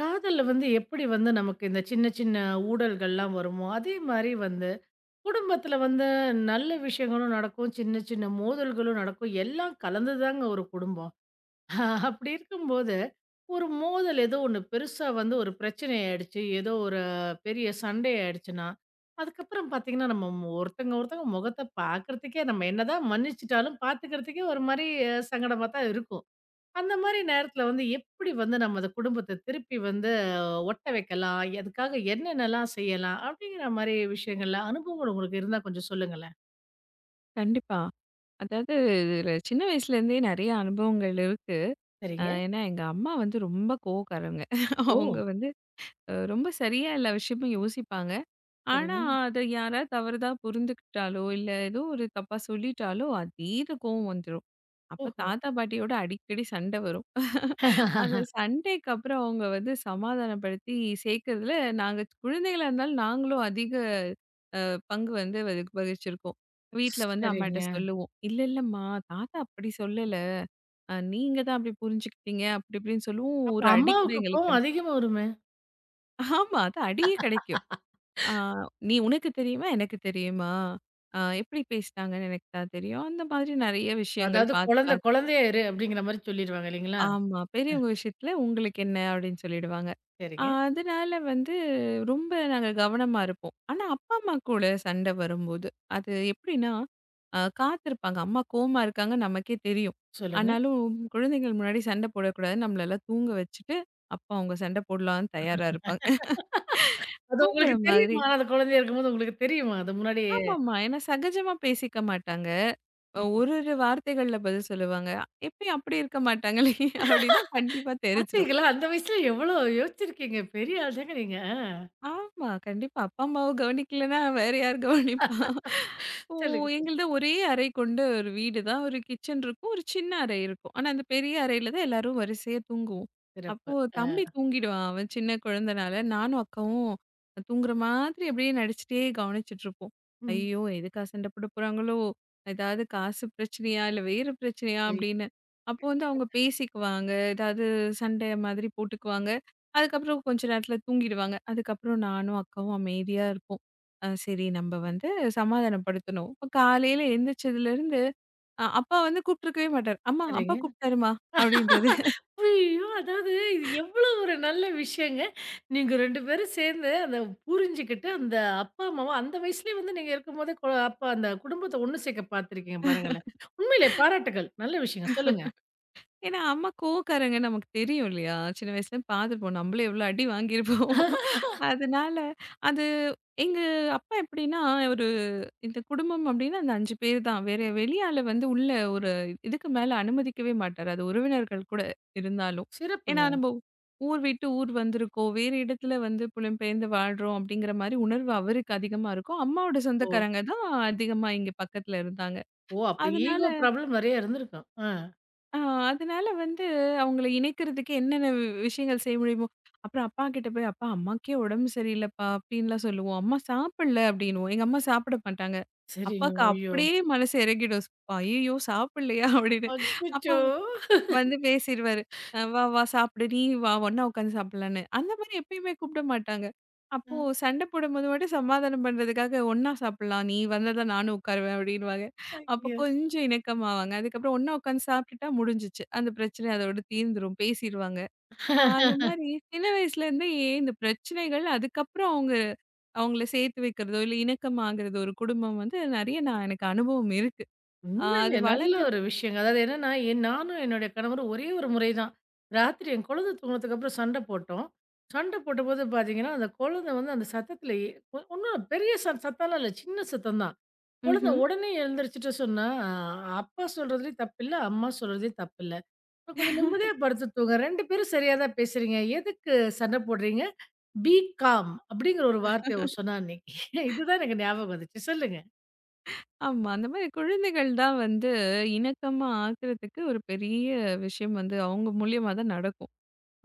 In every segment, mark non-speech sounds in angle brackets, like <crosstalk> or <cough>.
காதல்ல வந்து எப்படி வந்து நமக்கு இந்த சின்ன சின்ன ஊடல்கள்லாம் வருமோ, அதே மாரி வந்து குடும்பத்தில வந்து நல்ல விஷயங்களும் நடக்கும், சின்ன சின்ன மோதல்களும் நடக்கும். எல்லாம் கலந்துதாங்க ஒரு குடும்பம். <laughs> அப்படி இருக்கும்போது, ஒரு மோதல் ஏதோ ஒண்ணு பெருசா வந்து ஒரு பிரச்சனை ஆயிடுச்சு, ஏதோ ஒரு பெரிய சண்டை ஆயிடுச்சுன்னா, அதுக்கப்புறம் பார்த்தீங்கன்னா, நம்ம ஒருத்தங்க ஒருத்தங்க முகத்த பார்க்கறதுக்கே நம்ம என்னதான் மன்னிச்சுட்டாலும் பார்த்துக்கிறதுக்கே ஒரு மாரி சங்கடமா தான் இருக்கும். அந்த மாரி நேரத்துல வந்து எப்படி வந்து நம்ம அந்த குடும்பத்த திருப்பி வந்து ஒட்ட வைக்கலாம்? அதுக்காக என்னென்னலாம் செய்யலாம்? அப்படிங்கிற மாரி விஷயங்கள்ல அனுபவங்கள் உங்களுக்கு இருந்தா கொஞ்சம் சொல்லுங்களேன். கண்டிப்பா. அதாவது இதுல சின்ன வயசுலேருந்தே நெறைய அனுபவங்கள் இருக்கு. சரிங்க. ஏன்னா எங்க அம்மா வந்து ரொம்ப கோவக்காரவங்க. ஓ! அவங்க வந்து ரொம்ப சரியா எல்லா விஷயமும் யோசிப்பாங்க. ஆனா சரிங்க. அத யாராவது தவறுதா புரிந்துக்கிட்டாலோ, இல்ல ஏதோ ஒரு தப்பா சொல்லிட்டாலோ அதீத கோவம் வந்துரும். அப்ப ஓஹோ! தாத்தா, பாட்டியோட அடிக்கடி சண்ட வரும். அந்த சண்டைக்கு அப்புறம் அவங்க வந்து சமாதானப்படுத்தி சேர்க்கறதுல நாங்க குழந்தைகளா இருந்தாலும் நாங்களும் அதிக பங்கு வந்து அதுக்கு வகிச்சிருக்கோம். வீட்ல வந்து அம்மாட்ட சரிங்க. சொல்லுவோம். "இல்ல இல்லம்மா, தாத்தா அப்படி சொல்லல. நீங்க தான் அப்படி புரிஞ்சுக்கிட்டீங்க." அப்படி இப்படின்னு சொல்லுவோம். அப்ப ஒரு அடி கூட அம்மாவுக்கு எங்களுக்கு கோவம் கிடைக்கும். அதிகமா வருமே! ஆமா. அது அடியே கிடைக்கும். ஆ "நீ உனக்கு தெரியுமா? எனக்கு தெரியுமா? எப்படி பேசினாங்கன்னு எனக்கு தான் தெரியும்." அந்த மாதிரி நெறைய விஷயங்கள் அதாவது பார்த்து, குழந்தை பார்த்து குழந்தையா அப்படிங்கிற மாரி சொல்லிருவாங்க இல்லைங்களா? ஆமா. பெரியவங்க விஷயத்துல உங்களுக்கு என்ன அப்படின்னு சொல்லிடுவாங்க. அ சரிங்க. அதனால வந்து ரொம்ப நாங்க கவனமா இருப்போம். ஆனா அப்பா, அம்மா கூட சண்டை வரும்போது, அது எப்படின்னா, காத்திருப்பாங்க. அம்மா கோவமா இருக்காங்க நமக்கே தெரியும். சொல்லுங்க. ஆனாலும் குழந்தைகள் முன்னாடி சண்டை போடக்கூடாதுன்னு நம்மளெல்லாம் தூங்க வச்சுட்டு, அப்ப அவங்க சண்டை போடலான்னு தயாரா இருப்பாங்க. அது தூங்குற உங்களுக்கு மாதிரி தெரியுமா? அது குழந்தையா இருக்கும்போது உங்களுக்கு தெரியுமா? அது முன்னாடியே ஆமாமா. ஏன்னா சகஜமா பேசிக்க மாட்டாங்க. அ ம். ஒரு ஒரு வார்த்தைகள்ல பதில் சொல்லுவாங்க. எப்பயும் அப்படி இருக்க மாட்டாங்களே! <laughs> அப்படின்னா கண்டிப்பா தெரிச்சிரும். பார்த்தீங்களா? அந்த வயசுல எவ்வளோ யோசிச்சிருக்கீங்க. பெரிய ஆள் தாங்க நீங்க. ஆமா. கண்டிப்பா. அப்பா, அம்மாவ கவனிக்கலன்னா வேற யார் கவனிப்பா? ஓ! சொல்லுங்க. எங்கள்து ஒரே அறை கொண்ட ஒரு வீடு தான். ஒரு கிச்சன் இருக்கும். ஒரு சின்ன அறை இருக்கும். ஆனா, அந்த பெரிய அறையில தான் எல்லாரும் வரிசையா தூங்குவோம். அப்போ சிறப்பு. அ. தம்பி தூங்கிடுவான். அவன் சின்ன குழந்தனால, நானும் அக்காவும் தூங்குற மாதிரி அப்படியே நடிச்சுட்டே கவனிச்சுட்ருப்போம். ம். ஐயோ! எதுக்கா சண்டை போட போறாங்களோ? ஏதாவது காசு பிரச்சனையா? இல்ல வேறு பிரச்சனையா? அப்படின்னு. அப்போ வந்து அவங்க பேசிக்குவாங்க. ஏதாவது சண்டை மாதிரி போட்டுக்குவாங்க. அதுக்கப்புறம் கொஞ்ச நேரத்தில தூங்கிடுவாங்க. அதுக்கப்புறம் நானும் அக்காவும் அமைதியா இருப்போம். சரி நம்ம வந்து சமாதானப்படுத்தணும். இப்ப காலையில எந்திரிச்சதுலேருந்து அப்பா வந்து கூப்ட்டுருக்கவே மாட்டாரு. "அம்மா, அப்பா சரிங்க. கூப்ட்டாருமா" அப்படின்றது. ஐயய்யோ! அதாவது இது எவ்வளோ ஒரு நல்ல விஷயங்க. நீங்க 2 பேரும் சேர்ந்து அத புரிஞ்சுகிட்டு, அந்த அப்பா, அம்மாவ அந்த வயசுலயே வந்து நீங்க இருக்கும்போதே அப்ப அந்த குடும்பத்த ஒண்ணு சேர்க்க பார்த்துருக்கீங்க பாருங்களேன். உண்மையிலே பாராட்டுகள். நல்ல விஷயங்க. சொல்லுங்க. ஏன்னா அம்மா கோவக்காரங்க நமக்கு தெரியும் இல்லையா? சின்ன வயசுல பார்த்துருப்போம். நம்மளும் எவ்வளோ அடி வாங்கியிருப்போம். அதனால அது எங்க அப்பா எப்படின்னா இந்த குடும்பம் அப்டின்னா அந்த 5 பேர் தான். வேற வெளிய ஆள வந்து உள்ள ஒரு இதுக்கு மேல அனுமதிக்கவே மாட்டாரு. அது உறவினர்கள் கூட இருந்தாலும். ஏன்னா சிறப்புங்க. நம்ம ஊர் விட்டு ஊர் வந்திருக்கோம். வேறு இடத்துல வந்து புலம்பெயர்ந்து வாழ்றோம் அப்டிங்கிற மாரி உணர்வு அவருக்கு அதிகமா இருக்கும். அம்மாவோட ஓ! சொந்தக்காரங்க தான் அதிகமா இங்க பக்கத்துல இருந்தாங்க. ஓ! அப்ப அதனால ஈகோ ப்ராப்ளம் நெறைய இருந்திருக்கும். ஆ. ஆ அதனால வந்து அவங்கள இணைக்கிறதுக்கு என்னென்ன விஷயங்கள் செய்ய முடியுமோ, அப்புறம் அப்பா கிட்ட போய், "அப்பா அம்மாக்கே உடம்பு சரியில்லப்பா" அப்படின்லாம் சொல்லுவோம். "அம்மா சாப்பிடல" அப்படின்னுவோம். எங்க அம்மா சாப்பிட மாட்டாங்க. சரிங்க. அப்பாக்கு ஐயோ! அப்படியே மனசு இறங்கிடும். "ஐயய்யோ! சாப்பிடலையா?" அப்படின்னு. அப்போ அச்சச்சோ! வந்து பேசிருவாரு. "வா, வா சாப்பிடு. நீ வா ஒண்ணா உட்காந்து சாப்பிடலான்னு." அந்த மாரி எப்பயுமே கூப்பிட மாட்டாங்க. அ அப்போ சண்டை போடும்போது மட்டும் சமாதானம் பண்றதுக்காக "ஒண்ணா சாப்பிடலாம். நீ வந்தா தான் நானும் உட்காருவேன்." அப்படின்னுவாங்க. அப்போ ஐயோ! கொஞ்சம் இணக்கமாவாங்க. அதுக்கப்புறம் ஒண்ணா உட்காந்து சாப்பிட்டுட்டா முடிஞ்சுச்சு. அந்த பிரச்சனை அதோட தீர்ந்துரும். பேசிருவாங்க. அந்த மாரி சின்ன வயசுலேருந்தே இந்த பிரச்சனைகள் அதுக்கப்புறம் அவங்க அவங்கள சேர்த்து வைக்கிறதோ, இல்ல இணக்கமாகறதோ ஒரு குடும்பம் வந்து நெறைய நான் எனக்கு அனுபவம் இருக்கு. அது உண்மையிலே நல்ல வளர்ந்தது ஒரு விஷயங்க. அதாவது என்னன்னா, நானும் என்னுடைய கணவரும் ஒரே ஒரு முறை தான். ராத்திரி என் குழந்தை தூங்குனதுக்கு அப்புறம் சண்ட போட்டோம். சண்ட போட்டபோது பார்த்தீங்கன்னா, அந்த குழந்தை வந்து அந்த சத்தத்தில ஒண்ணும் பெரிய சத்தம்லாம் இல்ல. சின்ன சத்தம் தான். குழந்தை ம்ஹ்ம். உடனே எழுந்திரிச்சுட்டு சொன்னா, "ஆ, அப்பா சொல்றதுலயும் தப்பில்ல, அம்மா சொல்றதுலயும் தப்பில்ல. இப்ப கொஞ்சம் நிம்மதியா படுத்து தூங்க. 2 பேரும் சரியா தான் பேசுறீங்க. எதுக்கு சண்ட போடுறீங்க? பி காம்" அப்படிங்கிற ஒரு வார்த்தைய அவ சொன்னா அன்னைக்கு. இதுதான் எனக்கு ஞாபகம் வந்துச்சு. சொல்லுங்க. ஆமா. அந்த மாரி குழந்தைகள் தான் வந்து இணக்கமா ஆக்குறதுக்கு ஒரு பெரிய விஷயம் வந்து அவங்க மூலியமா தான் நடக்கும்.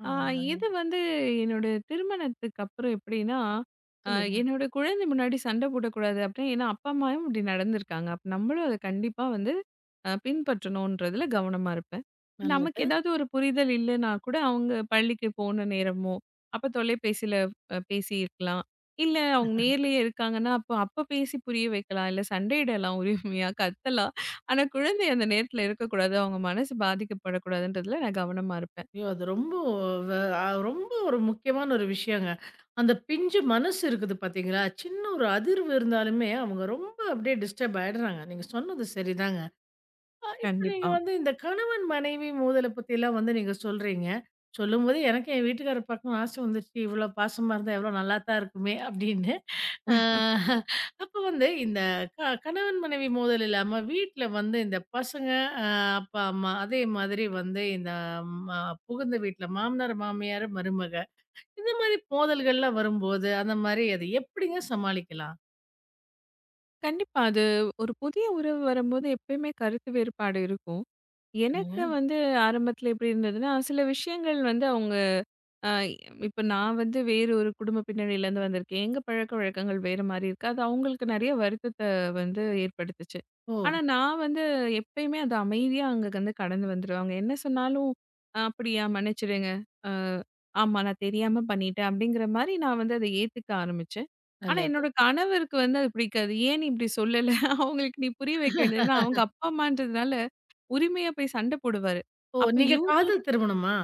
ஆ, ஆமாங்க. இது வந்து என்னோட திருமணத்துக்கு அப்புறம் எப்படின்னா, அ சொல்லுங்க. என்னோட குழந்தை முன்னாடி சண்டை போடக்கூடாது அப்படின்னு ஏன்னா அப்பா, அம்மாவும் இப்படி நடந்திருக்காங்க. அப்ப நம்மளும் அத கண்டிப்பா வந்து பின்பற்றணுன்றதுல கவனமா இருப்பேன். நமக்கு நல்லது. ஏதாவது ஒரு புரிதல் இல்லன்னா கூட அவங்க பள்ளிக்கு போன நேரமோ, அப்ப தொலைபேசியில பேசியிருக்கலாம். இல்ல அவங்க நேர்லயே இருக்காங்கன்னா, அப்ப அப்ப பேசி புரிய வைக்கலாம். இல்ல சண்டையிடலாம் உரிமையா, கத்தலாம். ஆனா குழந்தை அந்த நேரத்துல இருக்கக்கூடாது. அவங்க மனசு பாதிக்கப்படக்கூடாதுன்றதுல நான் கவனமா இருப்பேன். ஐயோ! அது ரொம்ப வ அ ரொம்ப ஒரு முக்கியமான ஒரு விஷயங்க. அந்த பிஞ்சு மனசு இருக்குது பார்த்தீங்களா? சின்ன ஒரு அதிர்வு இருந்தாலுமே அவங்க ரொம்ப அப்படியே டிஸ்டர்ப் ஆயிடுறாங்க. நீங்க சொன்னது சரிதாங்க. இப்ப நீங்க கண்டிப்பா. வந்து இந்த கணவன், மனைவி மோதல பத்திலாம் வந்து நீங்க சொல்றீங்க. சொல்லும்போது எனக்கு என் வீட்டுக்காரர பார்க்கணும்னு ஆசை வந்துருச்சு. இவ்ளோ பாசமா இருந்தா எவ்ளோ நல்லா தான் இருக்குமே அப்படின்னு. அ அப்ப வந்து இந்த கணவன், மனைவி மோதல் இல்லாம வீட்ல வந்து இந்த பசங்க, அ அப்பா, அம்மா அதே மாதிரி வந்து இந்த ம புகுந்த வீட்ல மாமனார், மாமியார், மருமக இந்த மாரி மோதல்கள்லாம் வரும்போது, அந்த மாரி அத எப்படிங்க சமாளிக்கலாம்? கண்டிப்பா. அது ஒரு புதிய உறவு வரும்போது எப்பயுமே கருத்து வேறுபாடு இருக்கும். சொல்லுங்க. எனக்கு வந்து ஆரம்பத்தில எப்படி இருந்ததுன்னா, சில விஷயங்கள் வந்து அவங்க அ இப்ப நான் வந்து வேறு ஒரு குடும்ப பின்னணியிலேருந்து வந்திருக்கேன். எங்க பழக்கவழக்கங்கள் வேற மாரி இருக்கு. அது அவங்களுக்கு நெறைய வருத்தத்த வந்து ஏற்படுத்துச்சு. ஓ! ஆனா நான் வந்து எப்பயுமே அது அமைதியா அங்க வந்து கடந்து வந்துருவாங்க. என்ன சொன்னாலும், "அ அப்படியா? மன்னிச்சிடுங்க. அ ஆமா நான் தெரியாம பண்ணிட்டேன்." அப்படிங்கிற மாரி நான் வந்து அத ஏத்துக்க ஆரம்பிச்சேன். ஆனா நல்லது. என்னோட கணவருக்கு வந்து அது பிடிக்காது. "ஏன் நீ இப்படி சொல்லல? <laughs> அவங்களுக்கு நீ புரிய வைக்க வேண்டியது" ஏன்னா அவங்க அப்பா அம்மான்றதுனால உரிமையா போய் சண்ட போடுவாரு. ஓ! அப்ப நீங்க இவங்களுக்கு காதல் திருமணமா?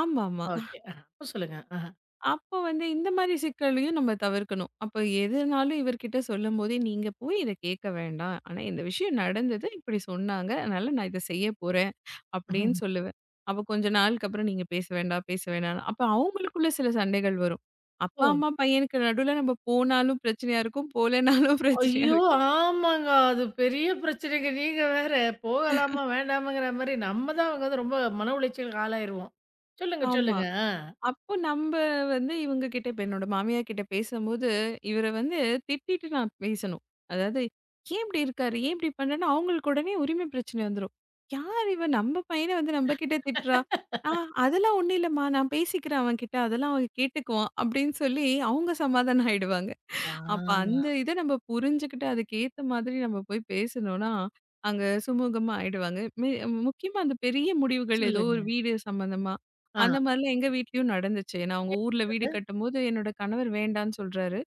ஆமாமா. ஓகே. அப்ப சொல்லுங்க. ஆஹா. அப்போ வந்து இந்த மாதிரி சிக்கலையும் நம்ம தவிர்க்கணும். அப்போ எதுனாலும் இவர்கிட்ட சொல்லும்போதே, "நீங்க போய் இத கேட்க வேண்டாம். ஆனா இந்த விஷயம் நடந்தது. இப்படி சொன்னாங்க. அதனால நான் இத செய்ய போறேன்." அப்படின்னு ம்ஹ்ம். சொல்லுவேன். அப்போ கொஞ்ச நாளுக்கு அப்புறம் நீங்க பேச வேண்டாம், பேச வேண்டாம்ன்னு. அப்போ அவங்களுக்குள்ள சில சண்டைகள் வரும். அப்பா, ஓ! அம்மா, பையனுக்கு நடுவுல நம்ம போனாலும் பிரச்சனையா இருக்கும். போலனாலும் பிரச்சனையா ஐயோ! இருக்கும். ஆமாங்க. அது பெரிய பிரச்சனைங்க. நீங்க வேற போகலாமா? வேண்டாமாங்கிற மாரி நம்ம தான் அங்க வந்து ரொம்ப மன உளைச்சலுக்கு ஆளாயிருவோம். சொல்லுங்க, ஆமா. சொல்லுங்க. ஆ. அப்போ நம்ப வந்து இவங்க கிட்ட இப்ப என்னோட மாமியார் கிட்ட பேசும்போது, இவர வந்து திட்டிட்டு நான் பேசணும். அதாவது, "ஏன் இப்படி இருக்காரு? ஏன் இப்படி பண்றேன்னு?" அவங்களுக்கு உடனே உரிமை பிரச்சனை வந்துரும். "யார் இவ? நம்ம பையன வந்து நம்ம கிட்ட திட்டுறா." "ஆ அதெல்லாம் ஒண்ணும் இல்லம்மா. நான் பேசிக்கிறேன் அவன்கிட்ட. அதெல்லாம் அவன் கேட்டுக்குவான்." அப்படின்னு சொல்லி அவங்க சமாதானம் ஆயிடுவாங்க. ஆ. அப்ப அந்த இத நம்ம புரிஞ்சுகிட்டு, அதுக்கேத்த மாதிரி நம்ம போய் பேசணும்னா, அங்க சுமூகமா ஆயிடுவாங்க. முக்கியமா அந்த பெரிய முடிவுகள் ஏதோ சொல்லுங்க. ஒரு வீடு சம்மந்தமா, ஆ. அந்த மாரிலாம் எங்க வீட்லயும் நடந்துச்சு. நான் அவங்க ஊர்ல வீடு அது. கட்டும்போது, என்னோட கணவர் வேண்டான்னு சொல்றாரு.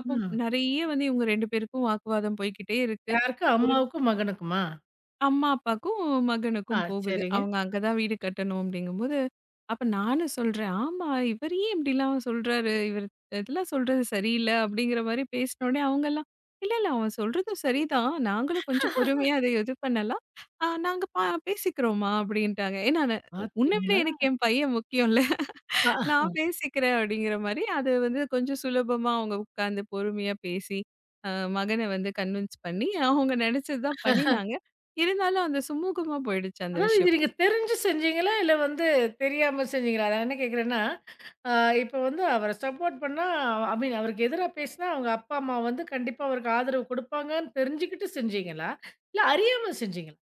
அப்போ ம். நெறைய வந்து இவங்க 2 பேருக்கும் வாக்குவாதம் போய்க்கிட்டே இருக்கு. யாருக்கு? ஒரு அம்மாவுக்கும், மகனுக்குமா? அம்மா, அப்பாக்கும், ஆ. மகனுக்கும் போகுது. சரிங்க. அவங்க அங்க தான் வீடு கட்டணும் அப்டிங்கும்போது, அப்ப நானும் சொல்றேன். ஆமா, இவர் ஏன் இப்படிலாம் சொல்றாரு? இதெல்லாம் சொல்றது சரியில்ல அப்படிங்கிற மாரி பேசினோனே அவங்கலாம், இல்ல, இல்ல அவன் சொல்றதும் சரிதான். நாங்களும் கொஞ்சம் பொறுமையா அத இது பண்ணலாம். அ நாங்க பா பேசிக்கிறோம்மா அப்படின்ட்டாங்க. ஏன்னா, உன்ன விட பாத்தீங்களா? எனக்கு என் பையன் முக்கியம்ல. நான் பேசிக்கிறேன் அப்படிங்கிற மாரி, அது வந்து கொஞ்சம் சுலபமா அவங்க உட்கார்ந்து பொறுமையா பேசி, அ மகன வந்து கன்வின்ஸ் பண்ணி, அவங்க நெனச்சது தான் பண்ணினாங்க. இருந்தாலும் அந்த சுமூகமா போயிடுச்சு அந்த அதாவது இது விஷயம். நீங்க தெரிஞ்சு செஞ்சீங்களா? இல்ல வந்து தெரியாம செஞ்சீங்களா? நான் என்ன கேட்கிறேன்னா, அ இப்ப வந்து அவர சப்போர்ட் பண்ணா ஐ மீன் அவருக்கு எதிரா பேசினா, அவங்க அப்பா, அம்மா வந்து கண்டிப்பா அவருக்கு ஆதரவு குடுப்பாங்கன்னு தெரிஞ்சுகிட்டு செஞ்சீங்களா? இல்ல அறியாம செஞ்சீங்களா?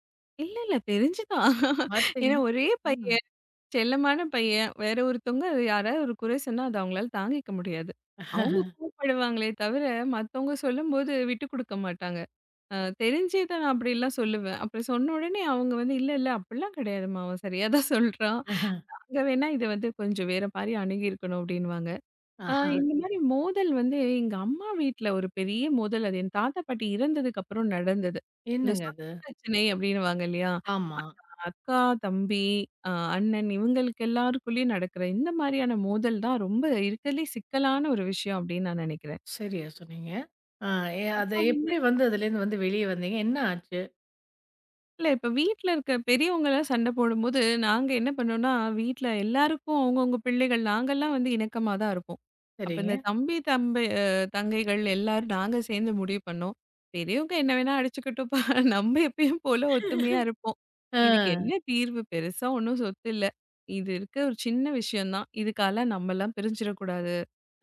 இல்ல, இல்ல தெரிஞ்சு தான். ஏன்னா பார்த்தீங்கன்னா ஒரே ம். பையன், செல்லமான பையன். வேற ஒருத்தவங்க அது யாராவது ஒரு குறை சொன்னா, அது அவங்களால தாங்கிக்க முடியாது. அவங்க கோவப்படுவாங்களே தவிர, மத்தவங்க சொல்லும்போது விட்டு குடுக்க மாட்டாங்க. அ தெரிஞ்சே தான் நான் அப்படிலாம் சொல்லுவேன். அப்புறம் சொன்ன உடனே அவங்க வந்து, "இல்ல, இல்ல அப்படிலாம் கிடையாதும்மா. அவன் சரியா தான் சொல்றான்." அங்க வேணா இத வந்து கொஞ்சம் வேற மாரி அணுகியிருக்கணும் அப்டின்னுவாங்க. ஆ ஆஹா! இந்த ம். மாரி மோதல் வந்து எங்க அம்மா வீட்ல ஒரு பெரிய மோதல். அது என் தாத்தா, பாட்டி இறந்ததுக்கு அப்புறம் நடந்தது. இந்த என்னங்க அது? சொத்து பிரச்சனை அப்டின்னுவாங்க இல்லையா? ஆமா. அக்கா, தம்பி, அ அண்ணன் இவங்களுக்கு எல்லாருக்குள்ளயும் நடக்கிற இந்த மாரியான மோதல் தான் ரொம்ப இருக்கறதுலயே சிக்கலான ஒரு விஷயம் அப்டின்னு நான் நெனைக்கிறேன். சரியா சொன்னீங்க. ஆ. அப்ப அத வந்து எப்படி வந்து அதுலேருந்து வந்து வெளிய வந்தீங்க? என்ன ஆச்சு? இல்ல இப்ப வீட்ல இருக்க பெரியவங்கலாம் சண்டை போடும்போது, நாங்க என்ன பண்ணோம்னா, வீட்ல எல்லாருக்கும் அவங்கவங்க பிள்ளைகள் நாங்கலாம் வந்து இணக்கமா தான் இருப்போம். அப்ப இந்த சரிங்க. தம்பி தங்கைகள் எல்லாரும் நாங்க சேர்ந்து முடிவு பண்ணோம். பெரியவங்க என்ன வேணா அடிச்சுக்கிட்டோம்ப்பா. <laughs> நம்ம எப்பயும் போல ஒத்துமையா இருப்போம். இதுக்கு என்ன ஆ. தீர்வு? பெருசா ஒண்ணும் சொத்து இல்ல. இது இருக்க ஒரு சின்ன விஷயம் தான். இதுக்கால நம்மலாம் பிரிஞ்சிடக்கூடாது.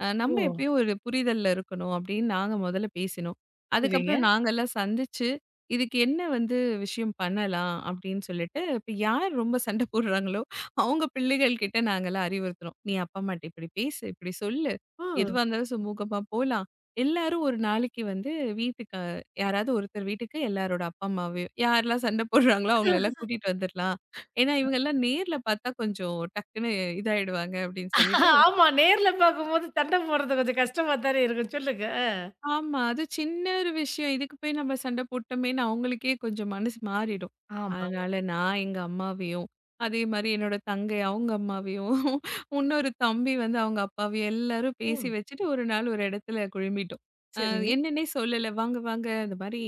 நம்ம ஓ! எப்பயோ ஒரு புரிதல்ல இருக்கணும் அப்படின்னு நாங்க முதல்ல பேசினோம். சரிங்க. அதுக்கப்புறம் நாங்கெல்லாம் சந்திச்சு, இதுக்கு என்ன வந்து விஷயம் பண்ணலாம் அப்படின்னு சொல்லிட்டு, இப்ப யார் ரொம்ப சண்டை போடுறாங்களோ, அவங்க பிள்ளைகள் கிட்ட நாங்கெல்லாம் அறிவுறுத்துறோம். "நீ அப்பா அம்மாட்ட இப்படி பேசு, இப்படி சொல்லு. ஓ! எதுவா இருந்தாலும் சுமூகமா போலாம்." எல்லாரும் ஒரு நாளைக்கு வந்து வீட்டுக்கு யாராவது ஒருத்தர் வீட்டுக்கு எல்லாரோட அப்பா அம்மாவையும் யாரெல்லாம் சண்டை போடுறாங்களோ அவங்கள எல்லாம் கூட்டிட்டு வந்துரலாம். ஏன்னா இவங்கெல்லாம் நேர்ல பார்த்தா கொஞ்சம் டக்குன்னு இதாயிடுவாங்க அப்படின்னு சொல்லிட்டு ஆமா. நேர்ல பார்க்கும்போது சண்ட போடுறது கொஞ்சம் கஷ்டமா தானே இருக்கும். சொல்லுங்க. அ. ஆமா. அது சின்ன ஒரு விஷயம். இதுக்கு போய் நம்ம சண்டை போட்டோமேன்னு அவங்களுக்கே கொஞ்சம் மனசு மாறிடும். ஆமாங்க. அதனால நான் எங்க அம்மாவையும், அதே மாரி என்னோட தங்கை அவங்க அம்மாவையும், <laughs> இன்னொரு தம்பி வந்து அவங்க அப்பாவையும் எல்லாரும் பேசி ம். வச்சுட்டு ஒரு நாள் ஒரு இடத்துல குழும்பிட்டோம். அ சரிங்க. என்னன்னே சொல்லல. "வாங்க, வாங்க இந்த மாரி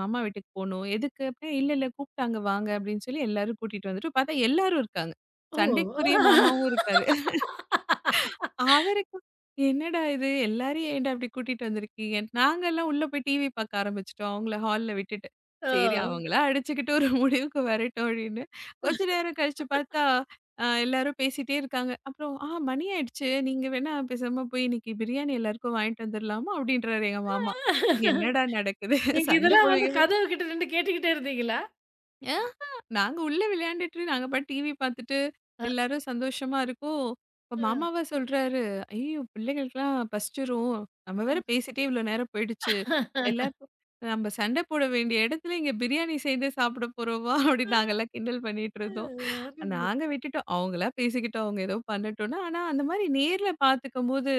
மாமா வீட்டுக்கு போணும்." "எதுக்கு?" அப்படின்னா, "இல்ல, இல்ல கூப்பிட்டாங்க வாங்க." அப்படின்னு சொல்லி எல்லாரும் கூட்டிட்டு வந்துட்டோம். பார்த்தா எல்லாரும் இருக்காங்க. ஓ! சண்டைக்குரிய மாமாவும் இருக்காரு. அவருக்கு "என்னடா இது! எல்லாரையும் ஏன்டா இப்படி கூட்டிட்டு வந்திருக்கீங்க?" நாங்கலாம் உள்ள போய் டிவி பாக்க ஆரம்பிச்சுட்டோம். அவங்கள ஹால்ல விட்டுட்டு. ஓ! சரி அவங்களா அடிச்சுக்கிட்டு ஒரு முடிவுக்கு வரட்டும் அப்படின்னு. கொஞ்ச நேரம் கழிச்சு பார்த்தா, எல்லாரும் பேசிட்டே இருக்காங்க. அப்புறம் "ஆ மணி ஆயிடுச்சு. நீங்க வேணா பேசாம போய் இன்னைக்கு பிரியாணி எல்லாருக்கும் வாங்கிட்டு வந்துரலாமா?" அப்படின்றாரு எங்க மாமா. என்னடா நடக்குது? நீங்க சண்டை இதெல்லாம் வந்து போடுவீங்க கதவு கிட்ட நின்னு கேட்டுக்கிட்டே இருந்தீங்களா? ஆஹா! நாங்க உள்ள விளையாண்டுட்டு, நாங்க பாட்டு டிவி பார்த்துட்டு, எல்லாரும் சந்தோஷமா இருக்கோம். இப்ப அ. மாமாவா சொல்றாரு, "ஐயோ! பிள்ளைகளுக்குலாம் பசிச்சிரும். நம்ம வேற பேசிட்டே இவ்ளோ நேரம் போயிடுச்சு. எல்லாருக்கும் நம்ம சண்டை போட வேண்டிய இடத்துல, இங்க பிரியாணி செய்து சாப்பிட போறோமா?" அ அப்படின்னு நாங்கலாம் கிண்டல் பண்ணிட்டு இருந்தோம். அருமை. நாங்க விட்டுட்டோம். அவங்களா பேசிக்கிட்டோம். அவங்க ஏதோ பண்ணட்டும்ன்னு. ஆனா, அந்த மாரி நேர்ல பார்த்துக்கும்போது,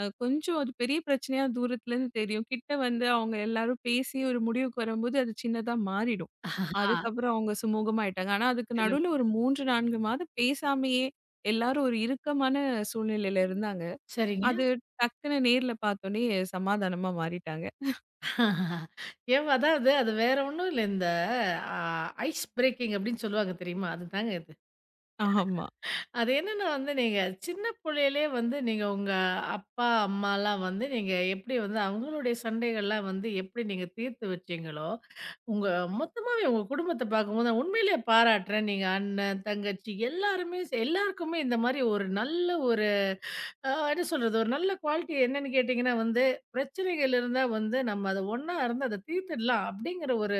கொஞ்சம் அது பெரிய பிரச்சனையா தூரத்துலருந்து தெரியும். கிட்ட வந்து அவங்க எல்லாரும் பேசி ஒரு முடிவுக்கு வரும்போது, அது சின்னதா மாறிடும். ஆஹா. அதுக்கப்புறம் அவங்க சுமூகமாயிட்டாங்க. ஆனா, அதுக்கு சிறப்பு. நடுவுல ஒரு 3, 4 மாதம் பேசாமயே எல்லாரும் ஒரு இறுக்கமான சூழ்நிலையில இருந்தாங்க. சரிங்க. அது டக்குன்னு நேர்ல பார்த்தோனே சமாதானமா மாறிட்டாங்க. ஏன் அதாவது அது வேற ஒண்ணும் இல்ல. இந்த அ ஐஸ் பிரேக்கிங் அப்படின்னு சொல்லுவாங்க தெரியுமா? அதுதாங்க இது. ஆமா. அது என்னன்னா வந்து நீங்க சின்ன புள்ளையிலே வந்து நீங்க உங்க அப்பா, அம்மாலாம் வந்து நீங்க எப்படி வந்து அவங்களுடைய சண்டைகள்லாம் வந்து எப்படி நீங்க தீர்த்து வச்சீங்களோ உங்க மொத்தமாவே உங்க குடும்பத்த பார்க்கும்போது நான் உண்மையிலேயே பாராட்டுறேன். நீங்க அண்ணன், தங்கச்சி எல்லாருமே எல்லாருக்குமே இந்த மாரி ஒரு நல்ல ஒரு என்ன சொல்றது? ஒரு நல்ல குவாலிட்டி என்னன்னு கேட்டீங்கன்னா வந்து, பிரச்சனைகள் இருந்தா வந்து நம்ம அத ஒண்ணா இருந்து அத தீர்த்துடலாம் அப்படிங்கிற ஒரு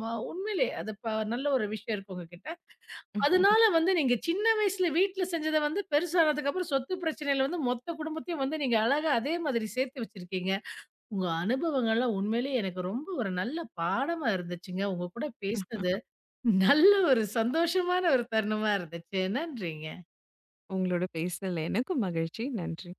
உண்மையிலே அது நல்ல ஒரு விஷயம் இருக்கு உங்ககிட்ட. அதனால வந்து நீங்க சின்ன வயசுல வீட்ல செஞ்சத வந்து பெருசானதுக்கப்புறம் சொத்து பிரச்சனையில வந்து மொத்த குடும்பத்தையும் வந்து நீங்க அழகா அதே மாதிரி சேர்த்து வச்சிருக்கீங்க. உங்க அனுபவங்கள்லாம் உண்மையிலேயே எனக்கு ரொம்ப ஒரு நல்ல பாடமா இருந்துச்சுங்க. உங்க கூட பேசினது நல்ல ஒரு சந்தோஷமான ஒரு தருணமா இருந்துச்சு. நன்றிங்க. உங்களோட பேசுனதுல எனக்கும் மகிழ்ச்சி. நன்றி.